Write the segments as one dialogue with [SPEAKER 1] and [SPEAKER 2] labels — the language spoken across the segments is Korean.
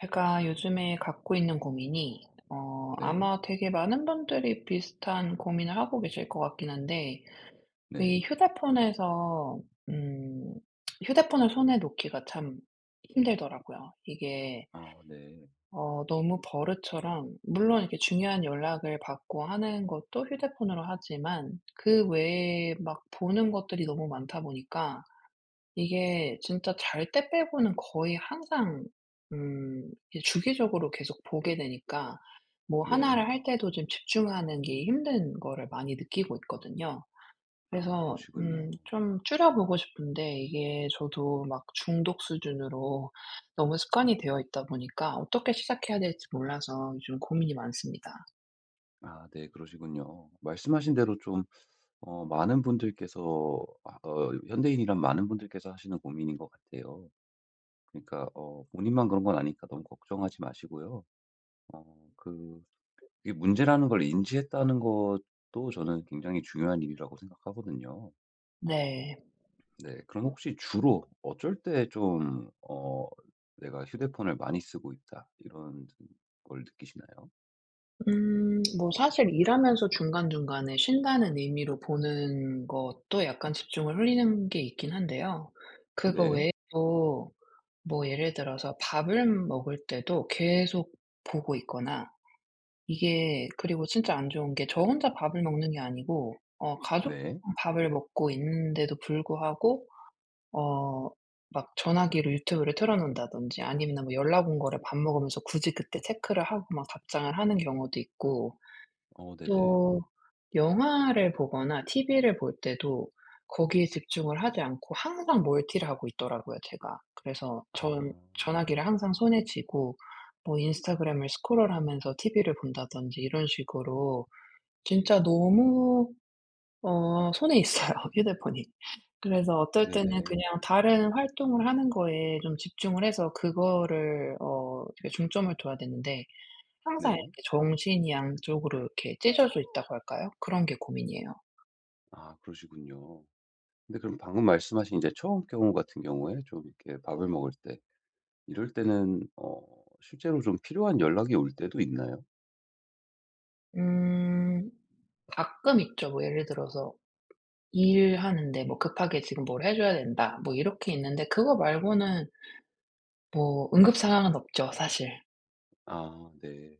[SPEAKER 1] 제가 요즘에 갖고 있는 고민이
[SPEAKER 2] 네.
[SPEAKER 1] 아마 되게 많은 분들이 비슷한 고민을 하고 계실 것 같긴 한데, 이
[SPEAKER 2] 네.
[SPEAKER 1] 휴대폰에서 음 휴대폰을 손에 놓기가 참 힘들더라고요. 이게
[SPEAKER 2] 아 네.
[SPEAKER 1] 너무 버릇처럼, 물론 이렇게 중요한 연락을 받고 하는 것도 휴대폰으로 하지만 그 외에 막 보는 것들이 너무 많다 보니까 이게 진짜 잘 때 빼고는 거의 항상, 음 이게 주기적으로 계속 보게 되니까 뭐
[SPEAKER 2] 네.
[SPEAKER 1] 하나를 할 때도 좀 집중하는 게 힘든 거를 많이 느끼고 있거든요.
[SPEAKER 2] 아
[SPEAKER 1] 그래서
[SPEAKER 2] 그러시군요.
[SPEAKER 1] 좀 줄여 보고 싶은데, 이게 저도 막 중독 수준으로 너무 습관이 되어 있다 보니까 어떻게 시작해야 될지 몰라서 요즘 고민이 많습니다.
[SPEAKER 2] 아 네 그러시군요. 말씀하신 대로 좀 많은 분들께서 현대인이란 많은 분들께서 하시는 고민인 것 같아요. 그러니까 본인만 그런 건 아니까 너무 걱정하지 마시고요. 어 그 이게 문제라는 걸 인지했다는 것도 저는 굉장히 중요한 일이라고 생각하거든요.
[SPEAKER 1] 네.
[SPEAKER 2] 네. 그럼 혹시 주로 어쩔 때 좀 어 '내가 휴대폰을 많이 쓰고 있다.' 이런 걸 느끼시나요?
[SPEAKER 1] 뭐 사실 일하면서 중간중간에 쉰다는 의미로 보는 것도 약간 집중을 흘리는 게 있긴 한데요. 그거
[SPEAKER 2] 네.
[SPEAKER 1] 외에도 뭐 예를 들어서 밥을 먹을 때도 계속 보고 있거나, 이게 그리고 진짜 안 좋은 게 저 혼자 밥을 먹는 게 아니고, 가족
[SPEAKER 2] 네.
[SPEAKER 1] 밥을 먹고 있는데도 불구하고 어 막 전화기로 유튜브를 틀어 놓는다든지, 아니면 뭐 연락 온 거를 밥 먹으면서 굳이 그때 체크를 하고 막 답장을 하는 경우도 있고,
[SPEAKER 2] 어 네네.
[SPEAKER 1] 또 영화를 보거나 TV를 볼 때도 거기에 집중을 하지 않고 항상 멀티를 하고 있더라고요, 제가. 그래서
[SPEAKER 2] 아
[SPEAKER 1] 전 전화기를 항상 손에 쥐고 뭐 인스타그램을 스크롤하면서 TV를 본다든지 이런 식으로, 진짜 너무 손에 있어요 휴대폰이. 그래서 어떨 때는
[SPEAKER 2] 네네.
[SPEAKER 1] 그냥 다른 활동을 하는 거에 좀 집중을 해서 그거를 이렇게 중점을 둬야 되는데, 항상
[SPEAKER 2] 네.
[SPEAKER 1] 이렇게 정신이 양쪽으로 이렇게 찢어져 있다고 할까요? 그런 게 고민이에요.
[SPEAKER 2] 아 그러시군요. 근데 그럼 방금 말씀하신 이제 처음 경우 같은 경우에 좀 이렇게 밥을 먹을 때 이럴 때는 실제로 좀 필요한 연락이 올 때도 있나요?
[SPEAKER 1] 음. 가끔 있죠. 뭐 예를 들어서 일하는데 뭐 급하게 지금 뭘 해 줘야 된다, 뭐 이렇게 있는데, 그거 말고는 뭐 응급 상황은 없죠 사실.
[SPEAKER 2] 아 네.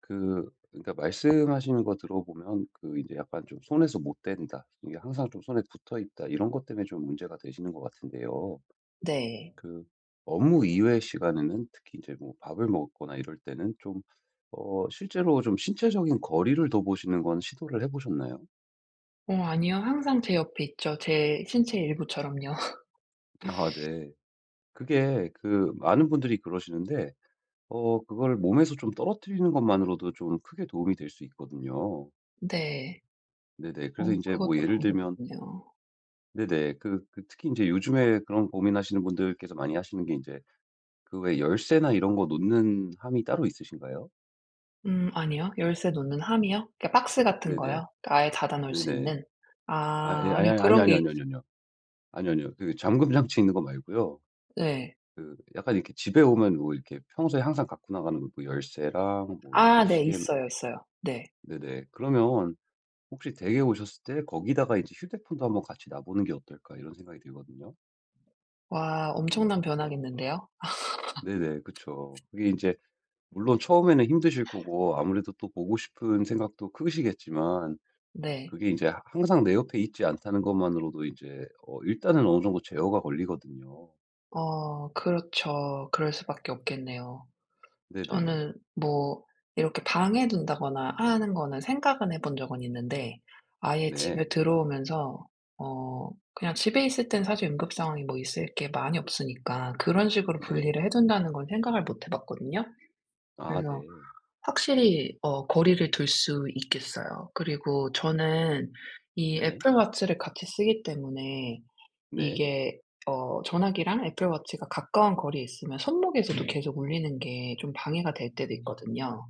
[SPEAKER 2] 그러니까 말씀하시는 거 들어보면 그 이제 약간 좀 '손에서 못 뗀다.' 이게 항상 좀 '손에 붙어 있다.' 이런 것 때문에 좀 문제가 되시는 것 같은데요.
[SPEAKER 1] 네.
[SPEAKER 2] 그 업무 이외의 시간에는 특히 이제 뭐 밥을 먹거나 이럴 때는 좀 실제로 좀 신체적인 거리를 둬보시는 건 시도를 해 보셨나요?
[SPEAKER 1] 아니요. 항상 제 옆에 있죠. 제 신체 일부처럼요.
[SPEAKER 2] 아 네. 그게 그 많은 분들이 그러시는데 그걸 몸에서 좀 떨어뜨리는 것만으로도 좀 크게 도움이 될 수 있거든요.
[SPEAKER 1] 네.
[SPEAKER 2] 네네. 그래서 이제
[SPEAKER 1] 그것도
[SPEAKER 2] 뭐 예를 들면
[SPEAKER 1] 방법이군요.
[SPEAKER 2] 네네. 그 특히 이제 요즘에 그런 고민하시는 분들께서 많이 하시는 게 이제 그 왜 열쇠나 이런 거 놓는 함이 따로 있으신가요?
[SPEAKER 1] 아니요. 열쇠 놓는 함이요? 그러니까 박스 같은
[SPEAKER 2] 네네.
[SPEAKER 1] 거요? 그러니까 아예 닫아 놓을 수
[SPEAKER 2] 네네.
[SPEAKER 1] 있는?
[SPEAKER 2] 아 예.
[SPEAKER 1] 아,
[SPEAKER 2] 아니,
[SPEAKER 1] 아니요.
[SPEAKER 2] 아니,
[SPEAKER 1] 그런
[SPEAKER 2] 아니,
[SPEAKER 1] 게
[SPEAKER 2] 아니,
[SPEAKER 1] 있
[SPEAKER 2] 아니요, 아니요. 아니요, 아니요. 그 잠금 장치 있는 거 말고요.
[SPEAKER 1] 네.
[SPEAKER 2] 그 약간 이렇게 집에 오면 뭐 이렇게 평소에 항상 갖고 나가는 뭐 열쇠랑 뭐 이렇게
[SPEAKER 1] 아 네.
[SPEAKER 2] 시계.
[SPEAKER 1] 있어요, 있어요. 네.
[SPEAKER 2] 네네. 그러면 혹시 댁에 오셨을 때 거기다가 이제 휴대폰도 한번 같이 놔보는 게 어떨까 이런 생각이 들거든요.
[SPEAKER 1] 와, 엄청난 변화겠는데요.
[SPEAKER 2] 네네. 그쵸. 그게 이제 물론 처음에는 힘드실 거고 아무래도 또 보고 싶은 생각도 크시겠지만
[SPEAKER 1] 네.
[SPEAKER 2] 그게 이제 하 항상 내 옆에 있지 않다는 것만으로도 이제 일단은 어느 정도 제어가 걸리거든요.
[SPEAKER 1] 그렇죠. 그럴 수밖에 없겠네요.
[SPEAKER 2] 네네.
[SPEAKER 1] 저는 뭐 이렇게 방에 둔다거나 하는 거는 생각은 해본 적은 있는데, 아예 집에
[SPEAKER 2] 네.
[SPEAKER 1] 들어오면서, 그냥 집에 있을 땐 사실 응급 상황이 뭐 있을 게 많이 없으니까 그런 식으로
[SPEAKER 2] 네.
[SPEAKER 1] 분리를 해 둔다는 건 생각을 못 해 봤거든요.
[SPEAKER 2] 아
[SPEAKER 1] 그래서
[SPEAKER 2] 네.
[SPEAKER 1] 확실히 거리를 둘 수 있겠어요. 그리고 저는 이
[SPEAKER 2] 네.
[SPEAKER 1] 애플 워치를 같이 쓰기 때문에
[SPEAKER 2] 네.
[SPEAKER 1] 이게, 전화기랑 애플 워치가 가까운 거리에 있으면 손목에서도, 네, 계속 울리는 게 좀 방해가 될 때도 있거든요.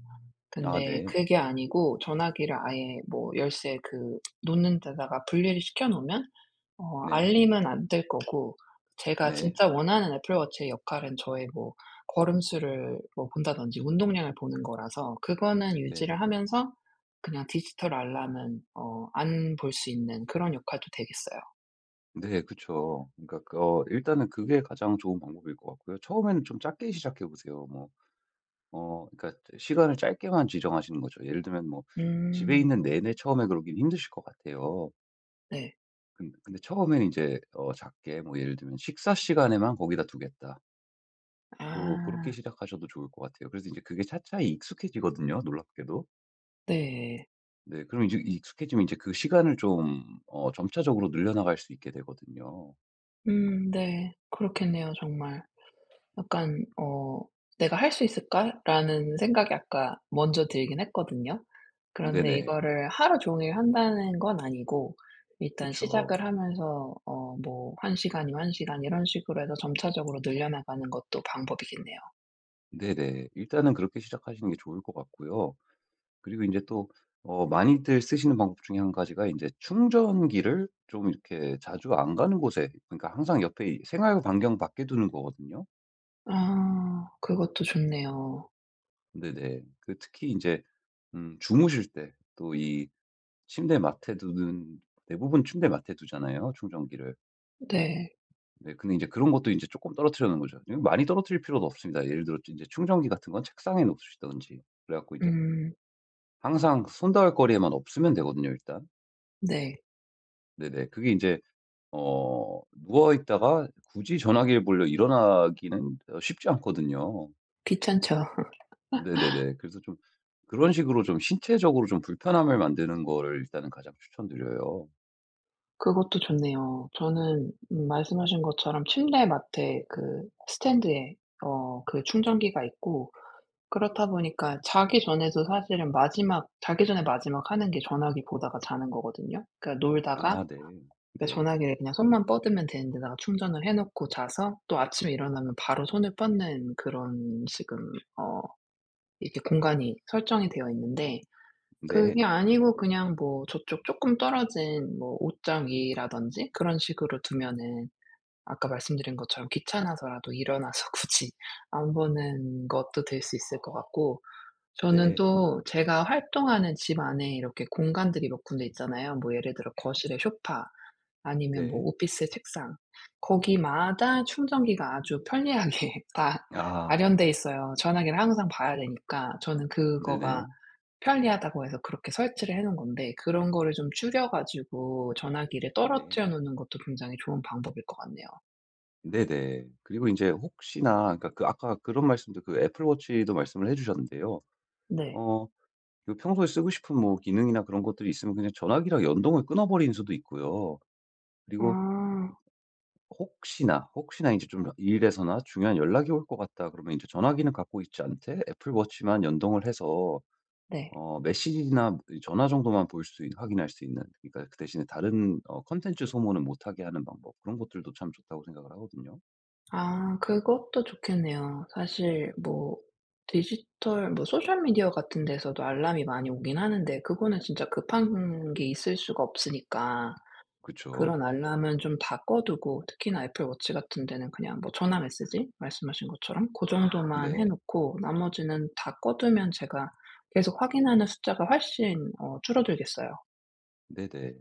[SPEAKER 2] 아
[SPEAKER 1] 근데
[SPEAKER 2] 네.
[SPEAKER 1] 그게 아니고 전화기를 아예 뭐 열쇠, 그 놓는 데다가 분리를 시켜 놓으면
[SPEAKER 2] 네.
[SPEAKER 1] 알림은 안 될 거고, 제가
[SPEAKER 2] 네.
[SPEAKER 1] 진짜 원하는 애플 워치의 역할은 저의 뭐 걸음수를 뭐 본다든지 운동량을 보는 거라서, 그거는
[SPEAKER 2] 네.
[SPEAKER 1] 유지를 하면서 그냥 디지털 알람은 안 볼 수 있는, 그런 역할도 되겠어요.
[SPEAKER 2] 네 그쵸. 그러니까 일단은 그게 가장 좋은 방법일 것 같고요. 처음에는 좀 작게 시작해 보세요. 그러니까 시간을 짧게만 지정하시는 거죠. 예를 들면 뭐 집에
[SPEAKER 1] 음.
[SPEAKER 2] 있는 내내 처음에 그러긴 힘드실 것 같아요.
[SPEAKER 1] 네.
[SPEAKER 2] 근 근데 처음에는 이제 작게 뭐 예를 들면 '식사 시간에만 거기다 두겠다.' 고 그렇게
[SPEAKER 1] 아.
[SPEAKER 2] 시작하셔도 좋을 것 같아요. 그래서 이제 그게 차차 익숙해지거든요 놀랍게도.
[SPEAKER 1] 네.
[SPEAKER 2] 네. 그럼 이제 익숙해지면 이제 그 시간을 좀 점차적으로 늘려나갈 수 있게 되거든요.
[SPEAKER 1] 네. 그렇겠네요 정말. 약간 '내가 할 수 있을까?'라는 생각이 아까 먼저 들긴 했거든요. 그런데
[SPEAKER 2] 네네.
[SPEAKER 1] 이거를 하루 종일 한다는 건 아니고 일단
[SPEAKER 2] 그쵸.
[SPEAKER 1] 시작을 하면서 뭐 한 시간이면 1시간, 이런 식으로 해서 점차적으로 늘려나가는 것도 방법이겠네요.
[SPEAKER 2] 네네. 일단은 그렇게 시작하시는 게 좋을 것 같고요. 그리고 이제 또 많이들 쓰시는 방법 중에 한 가지가 이제 충전기를 좀 이렇게 자주 안 가는 곳에 그러니까 항상 옆에 이 생활 반경 밖에 두는 거거든요.
[SPEAKER 1] 아 그것도 좋네요.
[SPEAKER 2] 네네. 그 특히 이제 주무실 때 또 이 침대 맡에 두는, 대부분 침대 맡에 두잖아요 충전기를.
[SPEAKER 1] 네.
[SPEAKER 2] 네. 근데 이제 그런 것도 이제 조금 떨어뜨려는 거죠. 이거 많이 떨어뜨릴 필요도 없습니다. 예를 들어 이제 충전기 같은 건 책상에 놓으시든지 그래 갖고 이제
[SPEAKER 1] 음
[SPEAKER 2] 항상 손 닿을 거리에만 없으면 되거든요 일단.
[SPEAKER 1] 네.
[SPEAKER 2] 네네. 그게 이제 누워 있다가 굳이 전화기를 보려 일어나기는 쉽지 않거든요.
[SPEAKER 1] 귀찮죠.
[SPEAKER 2] 네네네. 그래서 좀 그런 식으로 좀 신체적으로 좀 불편함을 만드는 거를 일단은 가장 추천드려요.
[SPEAKER 1] 그것도 좋네요. 저는 말씀하신 것처럼 침대 맡에 그 스탠드에 그 충전기가 있고, 그렇다 보니까 자기 전에도 사실은 마지막, 자기 전에 마지막 하는 게 전화기 보다가 자는 거거든요. 그러니까 놀다가,
[SPEAKER 2] 아 네.
[SPEAKER 1] 그러니까
[SPEAKER 2] 네.
[SPEAKER 1] 전화기를 그냥 손만 뻗으면 되는 데다가 충전을 해 놓고 자서, 또 아침에 일어나면 바로 손을 뻗는, 그런 지금 어 이렇게 공간이 설정이 되어 있는데,
[SPEAKER 2] 네.
[SPEAKER 1] 그게 아니고 그냥 뭐 저쪽 쪼끔 떨어진 뭐 옷장 위라든지 그런 식으로 두면은, 아까 말씀드린 것처럼 귀찮아서라도 일어나서 굳이 안 보는 것도 될 수 있을 것 같고. 저는
[SPEAKER 2] 네.
[SPEAKER 1] 또 제가 활동하는 집 안에 이렇게 공간들이 몇 군데 있잖아요. 뭐 예를 들어 거실에 소파, 아니면 뭐
[SPEAKER 2] 네.
[SPEAKER 1] 오피스 책상. 거기마다 충전기가 아주 편리하게 다
[SPEAKER 2] 아.
[SPEAKER 1] 마련돼 있어요. 전화기를 항상 봐야 되니까 저는 그거가
[SPEAKER 2] 네네.
[SPEAKER 1] 편리하다고 해서 그렇게 설치를 해 놓은 건데, 그런 거를 좀 줄여 가지고 전화기를
[SPEAKER 2] 네.
[SPEAKER 1] 떨어뜨려 놓는 것도 굉장히 좋은 방법일 것 같네요.
[SPEAKER 2] 네네. 그리고 이제 혹시나 그러니까 그 아까 그런 말씀도 그 애플 워치도 말씀을 해 주셨는데요.
[SPEAKER 1] 네.
[SPEAKER 2] 어 평소에 쓰고 싶은 뭐 기능이나 그런 것들이 있으면 그냥 전화기랑 연동을 끊어 버리는 수도 있고요. 그리고
[SPEAKER 1] 아.
[SPEAKER 2] 혹시나, 혹시나 이제 좀 일에서나 중요한 연락이 올 것 같다 그러면 이제 전화기는 갖고 있지 않되 애플 워치만 연동을 해서
[SPEAKER 1] 네.
[SPEAKER 2] 메시지나 전화 정도만 볼 수 있 확인할 수 있는, 그러니까 그 대신에 다른 어텐츠 소모는 못하게 하는 방법 그런 것들도 참 좋다고 생각을 하거든요.
[SPEAKER 1] 아 그것도 좋겠네요. 사실 뭐 디지털 뭐 소셜 미디어 같은 데서도 알람이 많이 오긴 하는데, 그거는 진짜 급한 게 있을 수가 없으니까
[SPEAKER 2] 그쵸.
[SPEAKER 1] 그런 알람은 좀 다 꺼 두고, 특히나 애플 워치 같은 데는 그냥 뭐 전화 메시지 말씀하신 것처럼 그 정도만 해
[SPEAKER 2] 네.
[SPEAKER 1] 놓고 나머지는 다 꺼 두면 제가 계속 확인하는 숫자가 훨씬 줄어들겠어요.
[SPEAKER 2] 네네.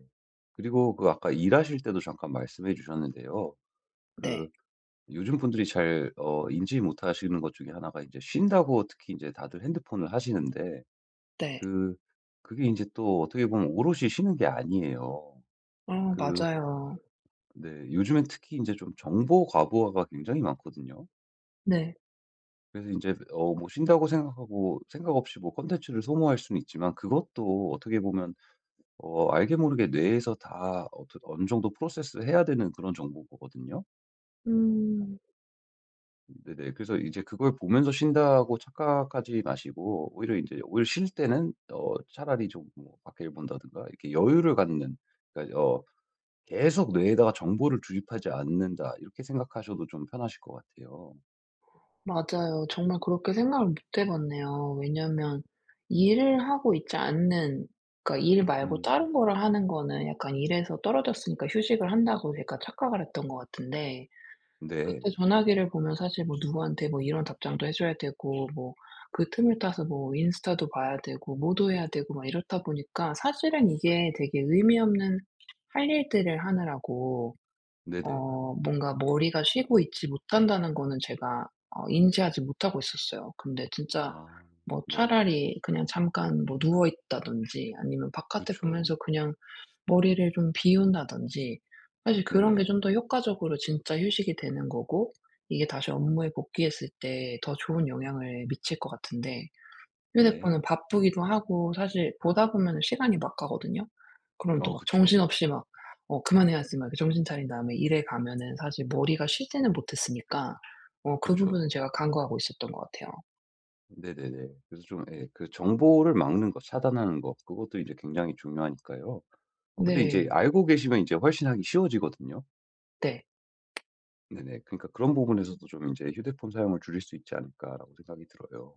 [SPEAKER 2] 그리고 그 아까 일하실 때도 잠깐 말씀해 주셨는데요.
[SPEAKER 1] 네.
[SPEAKER 2] 그 요즘 분들이 잘 인지 못하시는 것 중에 하나가 이제 쉰다고 특히 이제 다들 핸드폰을 하시는데
[SPEAKER 1] 네.
[SPEAKER 2] 그 그게 이제 또 어떻게 보면 오롯이 쉬는 게 아니에요.
[SPEAKER 1] 어
[SPEAKER 2] 그
[SPEAKER 1] 맞아요.
[SPEAKER 2] 네. 요즘엔 특히 이제 좀 정보 과부하가 굉장히 많거든요.
[SPEAKER 1] 네.
[SPEAKER 2] 그래서 이제 뭐 쉰다고 생각하고 생각 없이 뭐 콘텐츠를 소모할 수는 있지만 그것도 어떻게 보면 알게 모르게 뇌에서 다 어떻 어느 정도 프로세스해야 되는 그런 정보거든요.
[SPEAKER 1] 음.
[SPEAKER 2] 네네. 그래서 이제 그걸 보면서 쉰다고 착각하지 마시고 오히려 이제 오히려 쉴 때는 차라리 좀뭐 밖을 본다든가 이렇게 여유를 갖는, 그러니까 어 '계속 뇌에다가 정보를 주입하지 않는다.' 이렇게 생각하셔도 좀 편하실 것 같아요.
[SPEAKER 1] 맞아요. 정말 그렇게 생각을 못 해 봤네요. 왜냐면 일을 하고 있지 않는, 그러니까 일 말고
[SPEAKER 2] 음.
[SPEAKER 1] 다른 거를 하는 거는 약간 일에서 떨어졌으니까 휴식을 한다고 제가 착각을 했던 것 같은데, 그때
[SPEAKER 2] 네.
[SPEAKER 1] 전화기를 보면 사실 뭐 누구한테 뭐 이런 답장도 해 줘야 되고, 뭐 그 틈을 타서 뭐 인스타도 봐야 되고 뭐도 해야 되고 막 이렇다 보니까, 사실은 이게 되게 의미 없는 할 일들을 하느라고
[SPEAKER 2] 네네.
[SPEAKER 1] 뭔가 머리가 쉬고 있지 못한다는 거는 제가 인지하지 못하고 있었어요. 근데 진짜
[SPEAKER 2] 아
[SPEAKER 1] 뭐
[SPEAKER 2] 네.
[SPEAKER 1] 차라리 그냥 잠깐 뭐 누워 있다든지 아니면 바깥에
[SPEAKER 2] 그쵸.
[SPEAKER 1] 보면서 그냥 머리를 좀 비운다든지, 사실
[SPEAKER 2] 네네.
[SPEAKER 1] 그런 게
[SPEAKER 2] 네.
[SPEAKER 1] 좀 더 효과적으로 진짜 휴식이 되는 거고, 이게 다시 업무에 복귀했을 때 더 좋은 영향을 미칠 것 같은데, 휴대폰은
[SPEAKER 2] 네.
[SPEAKER 1] 바쁘기도 하고 사실 보다 보면은 시간이 막 가거든요. 그럼 또
[SPEAKER 2] 어
[SPEAKER 1] 막
[SPEAKER 2] 그쵸.
[SPEAKER 1] 정신없이 막 '그만해야지.' 막 이렇게 정신 차린 다음에 일에 가면은 사실 머리가 쉬지는 못했으니까, 그 부분은
[SPEAKER 2] 그쵸.
[SPEAKER 1] 제가 간과하고 있었던 것 같아요.
[SPEAKER 2] 네네네. 그래서 좀 예 그 정보를 막는 것 차단하는 것 그것도 이제 굉장히 중요하니까요. 근데 이제
[SPEAKER 1] 네.
[SPEAKER 2] 알고 계시면 이제 훨씬 하기 쉬워지거든요.
[SPEAKER 1] 네.
[SPEAKER 2] 네네. 그러니까 그런 부분에서도 좀 이제 '휴대폰 사용을 줄일 수 있지 않을까.'라고 생각이 들어요.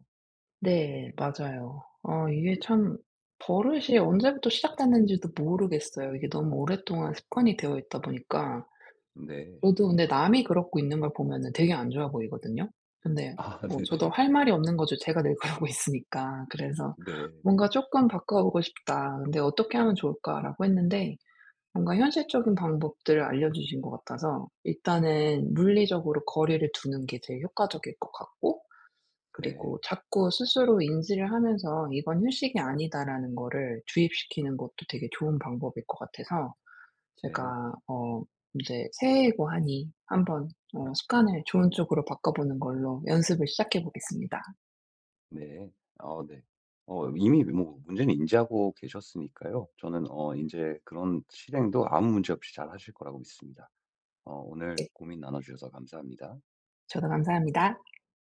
[SPEAKER 1] 네. 맞아요. 이게 참 버릇이 언제부터 시작됐는지도 모르겠어요. 이게 너무 오랫동안 습관이 되어 있다 보니까,
[SPEAKER 2] 네.
[SPEAKER 1] 저도 근데 남이 그러고 있는 걸 보면은 되게 안 좋아 보이거든요. 근데
[SPEAKER 2] 아
[SPEAKER 1] 뭐 저도
[SPEAKER 2] 네네네.
[SPEAKER 1] 할 말이 없는 거죠. 제가 늘 그러고 있으니까. 그래서
[SPEAKER 2] 네.
[SPEAKER 1] '뭔가 쪼끔 바꿔 보고 싶다. 근데 어떻게 하면 좋을까?'라고 했는데, 뭔가 현실적인 방법들을 알려주신 것 같아서 일단은 물리적으로 거리를 두는 게 제일 효과적일 것 같고,
[SPEAKER 2] 네.
[SPEAKER 1] 그리고 자꾸 스스로 인지를 하면서 '이건 휴식이 아니다.'라는 거를 주입시키는 것도 되게 좋은 방법일 것 같아서,
[SPEAKER 2] 네.
[SPEAKER 1] 제가 이제 새해이고 하니 한번 습관을 좋은 쪽으로 바꿔 보는 걸로 연습을 시작해 보겠습니다.
[SPEAKER 2] 네. 아 네. 이미 뭐 문제는 인지하고 계셨으니까요. 저는 이제 그런 실행도 아무 문제 없이 잘하실 거라고 믿습니다. 어 오늘
[SPEAKER 1] 네.
[SPEAKER 2] 고민 나눠 주셔서 감사합니다.
[SPEAKER 1] 저도 감사합니다.